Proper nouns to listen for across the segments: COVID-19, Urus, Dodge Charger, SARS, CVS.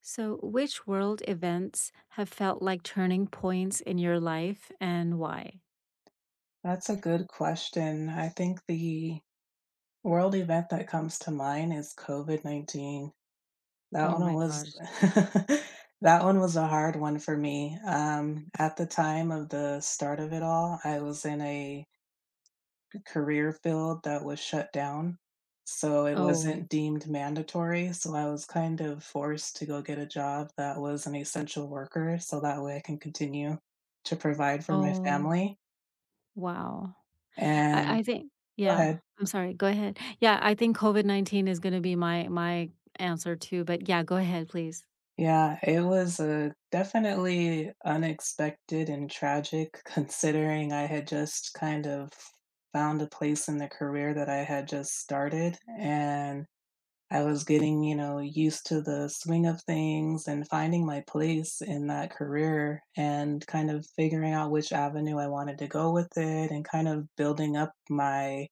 So, which world events have felt like turning points in your life and why? That's a good question. I think the world event that comes to mind is COVID-19. That Oh one my was gosh. that one was a hard one for me. At the time of the start of it all, I was in a career field that was shut down, so it Oh, wasn't deemed mandatory, so I was kind of forced to go get a job that was an essential worker so that way I can continue to provide for my oh, family, wow. I, and I think, go yeah, ahead. I'm sorry. Go ahead. Yeah, I think COVID 19 is going to be my, my answer too. But yeah, go ahead, please. Yeah, it was, definitely unexpected and tragic considering I had just kind of found a place in the career that I had just started, and I was getting, you know, used to the swing of things and finding my place in that career and kind of figuring out which avenue I wanted to go with it and kind of building up my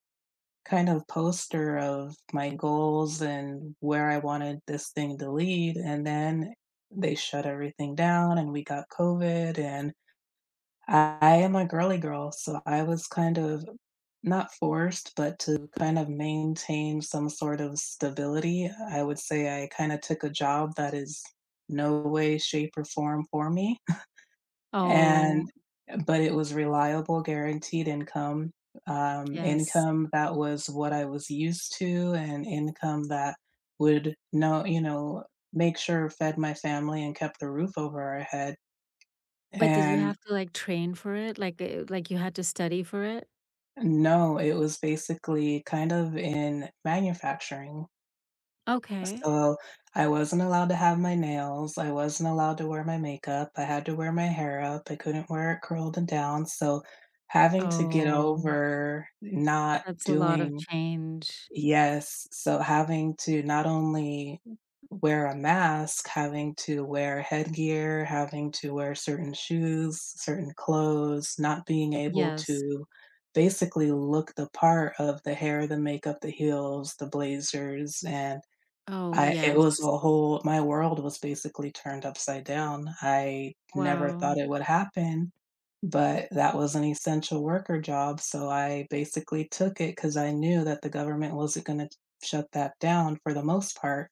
kind of poster of my goals and where I wanted this thing to lead. And then they shut everything down and we got COVID. And I am a girly girl. So I was kind of not forced, but to kind of maintain some sort of stability, I would say I kind of took a job that is no way, shape, or form for me. Oh, And but it was reliable, guaranteed income, yes. income that was what I was used to and income that would know make sure fed my family and kept the roof over our head. But did you And have to like train for it? Like you had to study for it? no, it was basically kind of in manufacturing. Okay. So, I wasn't allowed to have my nails, I wasn't allowed to wear my makeup, I had to wear my hair up, I couldn't wear it curled and down, so having to get Oh, over not that's a lot of doing change. yes, so having to not only wear a mask, having to wear headgear, having to wear certain shoes, certain clothes, not being able Yes. to basically look the part of the hair, the makeup, the heels, the blazers, and Oh, I it yes. was a whole my world was basically turned upside down. I never thought Wow. it would happen, but that was an essential worker job, so I basically took it because I knew that the government wasn't gonna shut that down for the most part.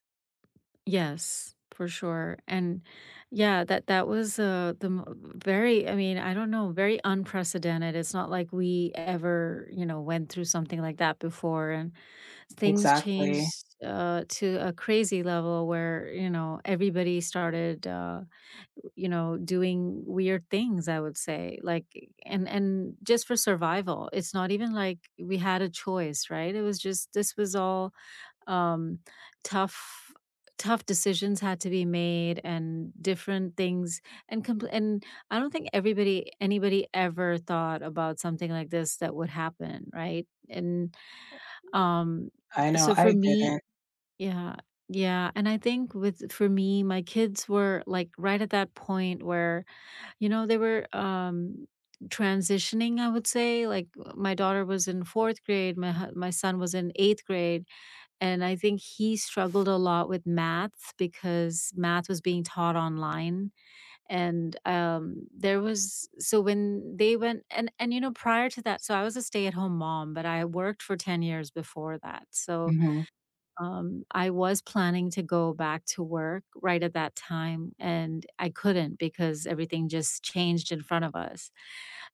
Yes, for sure, and yeah, that was, the mo very, I mean, I don't know, very unprecedented. It's not like we ever, you know, went through something like that before, and things Exactly. changed, to a crazy level where, you know, everybody started, you know, doing weird things, I would say, like and just for survival. It's not even like we had a choice, right? It was just this was all um, tough tough decisions had to be made and different things and I don't think everybody anybody ever thought about something like this that would happen, right? And um I know, so for I me, didn't. yeah, yeah, and I think with for me, my kids were like right at that point where you know they were transitioning, I would say, like my daughter was in fourth grade, my son was in eighth grade, and I think he struggled a lot with math because math was being taught online. And there was, so when they went, you know, prior to that, so I was a stay at home mom, but I worked for 10 years before that. So Mhm. I was planning to go back to work right at that time. And I couldn't because everything just changed in front of us.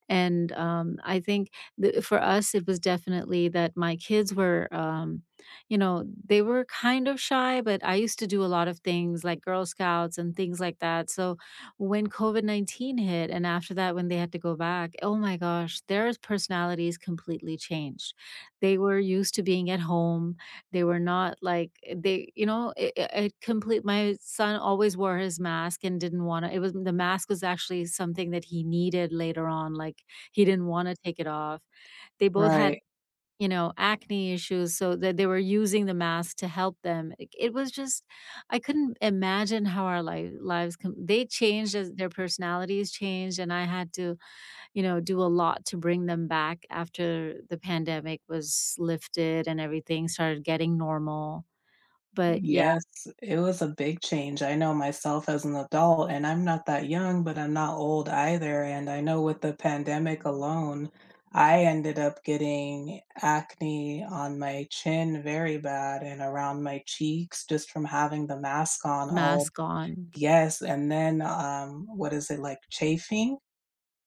And I think for us, it was definitely that my kids were, you know, they were kind of shy, but I used to do a lot of things like Girl Scouts and things like that. So when COVID 19 hit, and after that, when they had to go back, oh my gosh, their personalities completely changed. They were used to being at home, they were not like they, you know, it complete my son always wore his mask and didn't wanna, it was, the mask was actually something that he needed later on, like, he didn't wanna take it off. They both had, Right. you know, acne issues, so that they were using the mask to help them. It was just, I couldn't imagine how our life lives com they changed as their personalities changed, and I had to, you know, do a lot to bring them back after the pandemic was lifted and everything started getting normal. But yeah, Yes, it was a big change. I know myself as an adult, and I'm not that young, but I'm not old either, and I know with the pandemic alone, I ended up getting acne on my chin very bad and around my cheeks just from having the mask on all mask on. yes, and then, what is it, like, chafing?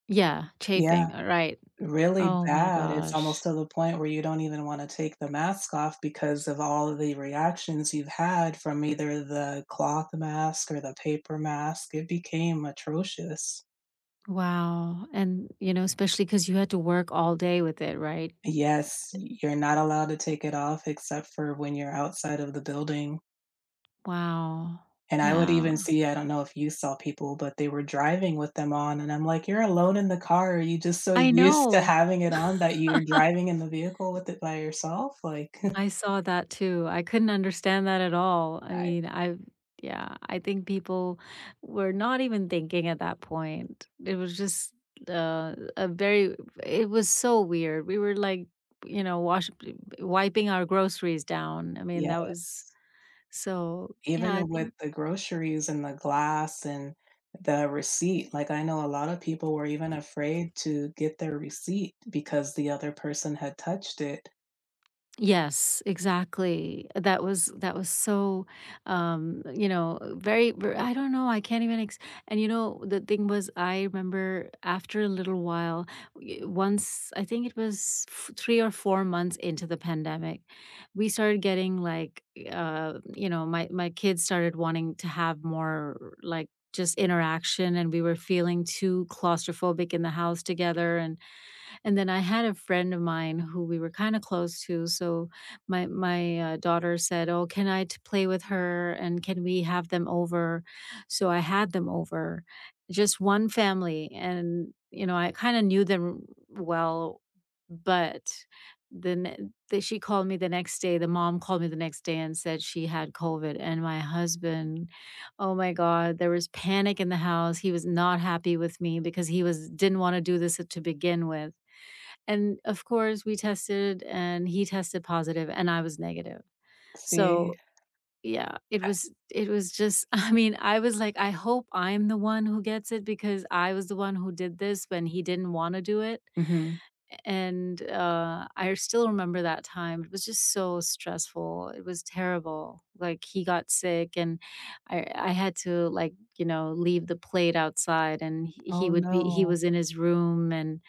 Yeah, Yeah. chafing, right. Really Oh my bad, it's almost gosh. to the point where you don't even wanna take the mask off because of all of the reactions you've had from either the cloth mask or the paper mask, it became atrocious. Wow, and, you know, especially because you had to work all day with it, right? Yes, you're not allowed to take it off except for when you're outside of the building, Wow. and I would Yeah. even see I don't know if you saw people, but they were driving with them on, and I'm like, "You're alone in the car, are you just so I used to know. having it on that you're driving in the vehicle with it by yourself?" Like, I saw that too. I couldn't understand that at all. I I mean, I Yeah, I think people were not even thinking at that point. It was just, a very it was so weird. We were like, you know, wash wiping our groceries down. I mean, that was. yes. So, yeah, I Even with think. the groceries and the glass and the receipt, like, I know a lot of people were even afraid to get their receipt because the other person had touched it. Yes, exactly. That was so, you know, very, ver I don't know, I can't even ex and, you know, the thing was, I remember after a little while, y once, I think it was f 3 or 4 months into the pandemic, we started getting, like, you know, my kids started wanting to have more, like, just interaction, and we were feeling too claustrophobic in the house together. And then I had a friend of mine who we were kinda close to, so my daughter said, "Oh, can I t play with her, and can we have them over?" So I had them over, just one family, and, you know, I kinda knew them well, but then she called me the next day, the mom called me the next day and said she had COVID, and my husband, oh my god, there was panic in the house. He was not happy with me because he was didn't wanna do this to begin with. And of course, we tested and he tested positive and I was negative. See? So, yeah, I it was just I mean, I was like, I hope I'm the one who gets it because I was the one who did this when he didn't want to do it. mhm. And, I still remember that time. It was just so stressful. It was terrible. Like, he got sick, and I had to, like, you know, leave the plate outside, and he Oh, would be he no. was in his room, and,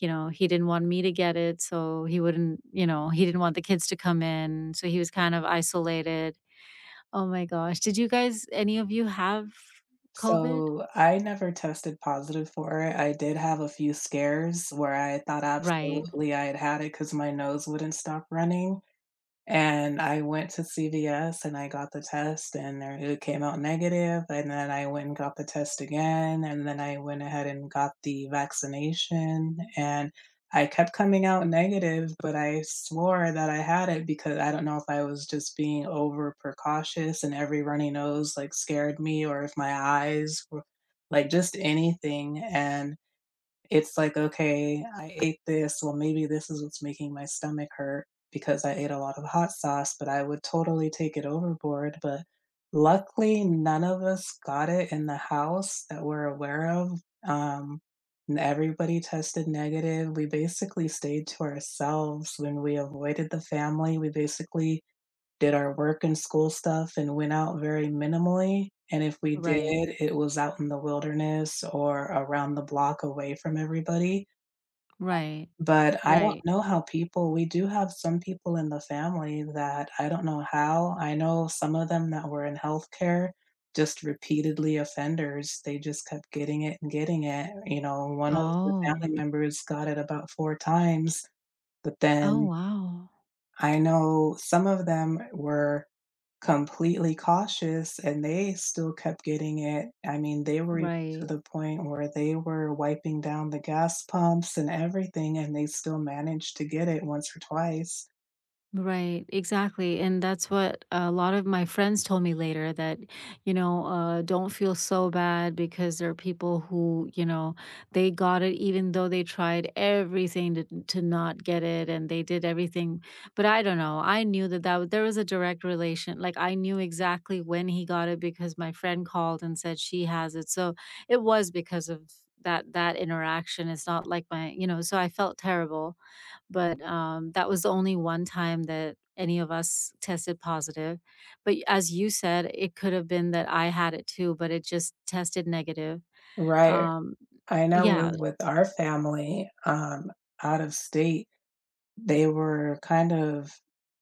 you know, he didn't want me to get it, so he wouldn't, you know, he didn't want the kids to come in, so he was kind of isolated. Oh my gosh. Did you guys any of you have COVID? So, I never tested positive for it. I did have a few scares where I thought Right. absolutely I had had it because my nose wouldn't stop running, and I went to CVS and I got the test and there it came out negative, negative. And then I went and got the test again, and then I went ahead and got the vaccination, and I kept coming out negative, but I swore that I had it because I don't know if I was just being over precautious and every runny nose, like, scared me or if my eyes were like, just anything, and it's like, okay, I ate this. Well, maybe this is what's making my stomach hurt because I ate a lot of hot sauce, but I would totally take it overboard. But luckily, none of us got it in the house that we're aware of. Um, and everybody tested negative. We basically stayed to ourselves when we avoided the family. We basically did our work and school stuff and went out very minimally, and if we Right. did, it was out in the wilderness or around the block away from everybody, Right. but I don't Right. know how people we do have some people in the family that I don't know how. I know some of them that were in healthcare, just repeatedly offenders, they just kept getting it and getting it, you know, one of the Oh. family members got it about 4 times, but Oh, then wow. I know some of them were completely cautious, and they still kept getting it. I mean, they were even to Right. the point where they were wiping down the gas pumps and everything, and they still managed to get it once or twice. Right, exactly. And that's what a lot of my friends told me later that, you know, don't feel so bad because there are people who, you know, they got it even though they tried everything to not get it and they did everything. But I don't know. I knew that, there was a direct relation. Like I knew exactly when he got it because my friend called and said she has it. So it was because of that interaction. It's not like my, you know, so I felt terrible. But, that was the only one time that any of us tested positive. But as you said, it could have been that I had it too, but it just tested negative. Right. Um, I know yeah. with our family, out of state, they were kind of,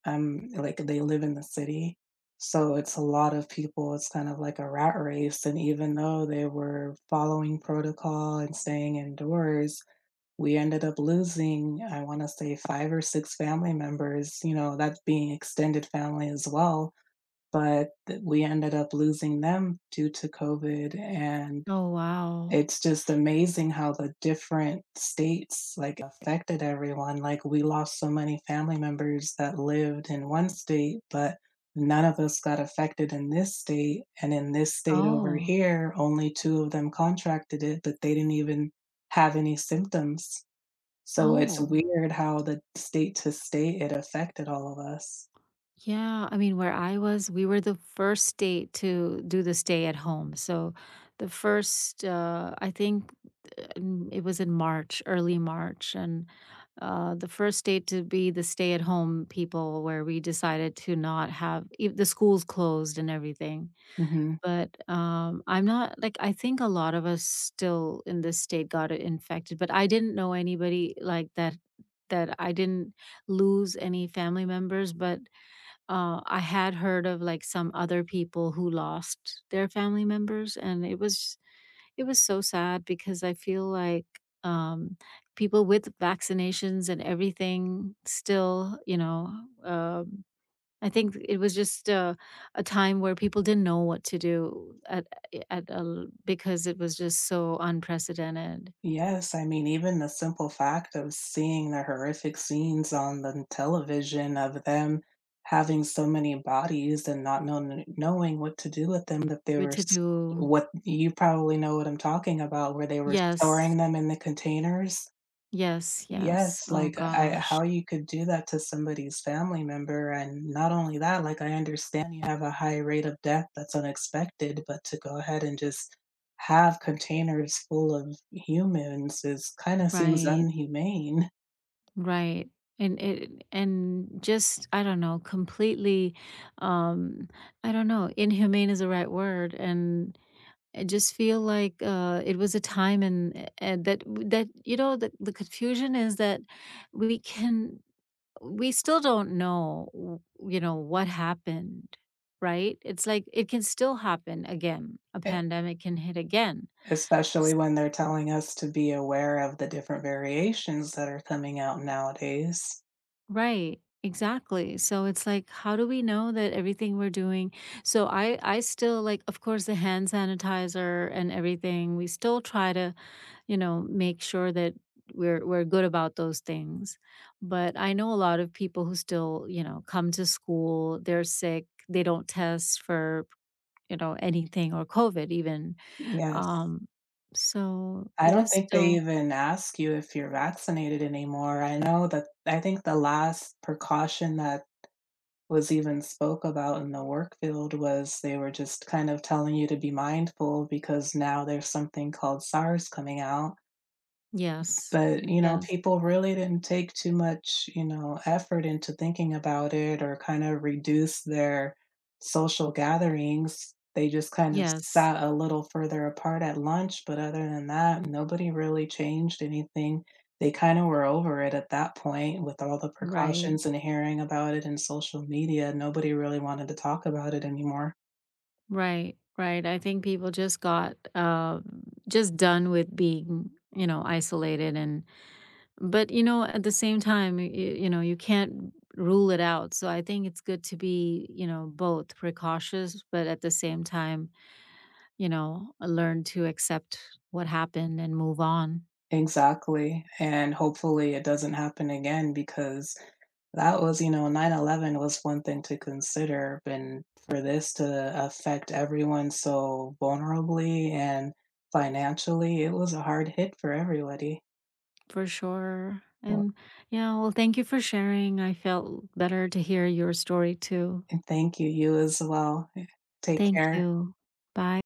like, they live in the city, so it's a lot of people. It's kind of like a rat race, and even though they were following protocol and staying indoors, we ended up losing I want to say 5 or 6 family members, you know, that being extended family as well, but we ended up losing them due to COVID. And Oh, wow. it's just amazing how the different states like affected everyone. Like, we lost so many family members that lived in one state, but none of us got affected in this state, and in this state over Oh, here only two of them contracted it, but they didn't even have any symptoms. So it's oh. weird how the state to state it affected all of us. Yeah, I mean, where I was, we were the first state to do the stay at home. So, the first, it was in March, early March, and the first state to be the stay at home people, where we decided to not have the schools closed and everything. Mhm. But I'm not like, I think a lot of us still in this state got infected, but I didn't know anybody like that, that I didn't lose any family members, but I had heard of like some other people who lost their family members, and it was so sad because I feel like um, people with vaccinations and everything still, you know, um, I think it was just a time where people didn't know what to do at because it was just so unprecedented. Yes, I mean, even the simple fact of seeing the horrific scenes on the television of them having so many bodies and not knowing what to do with them, that they What were to s do? what you probably know what I'm talking about, where they were Yes, storing them in the containers. yes, yes. Yes, Oh like, I gosh, how you could do that to somebody's family member, and not only that, like, I understand you have a high rate of death that's unexpected, but to go ahead and just have containers full of humans is kinda seems right. unhumane, Right. And it and just I don't know, completely um I don't know, inhumane is the right word. And I just feel like it was a time, and that that you know, the confusion is that we can we still don't know you know what happened, right? It's like it can still happen again. A e pandemic can hit again. especially when they're telling us to be aware of the different variations that are coming out nowadays. Right. Exactly. So it's like, how do we know that everything we're doing? So I still like, of course, the hand sanitizer and everything. We still try to, you know, make sure that we're good about those things. But I know a lot of people who still, you know, come to school. They're sick. They don't test for, you know, anything or COVID even. Yes. Um, so I it don't is think they still. even ask you if you're vaccinated anymore. I know that I think the last precaution that was even spoke about in the work field was they were just kind of telling you to be mindful because now there's something called SARS coming out. Yes, But, you know, yes, people really didn't take too much, you know, effort into thinking about it or kind of reduce their social gatherings. They just kind of yes. sat a little further apart at lunch, but other than that, nobody really changed anything. They kind of were over it at that point with all the Right. precautions and hearing about it in social media. Nobody really wanted to talk about it anymore. Right, right. I think people just got just done with being, you know, isolated. And but you know, at the same time, you know, you can't rule it out. So I think it's good to be, you know, both precautious, but at the same time, you know, learn to accept what happened and move on, Exactly, and hopefully it doesn't happen again because that was you know, 9/11 was one thing to consider, and for this to affect everyone so vulnerably and financially, it was a hard hit for everybody. for sure. Well, And yeah, well, thank you for sharing. I felt better to hear your story too. and thank you, you as well. Eh, take Thank care. you. Bye.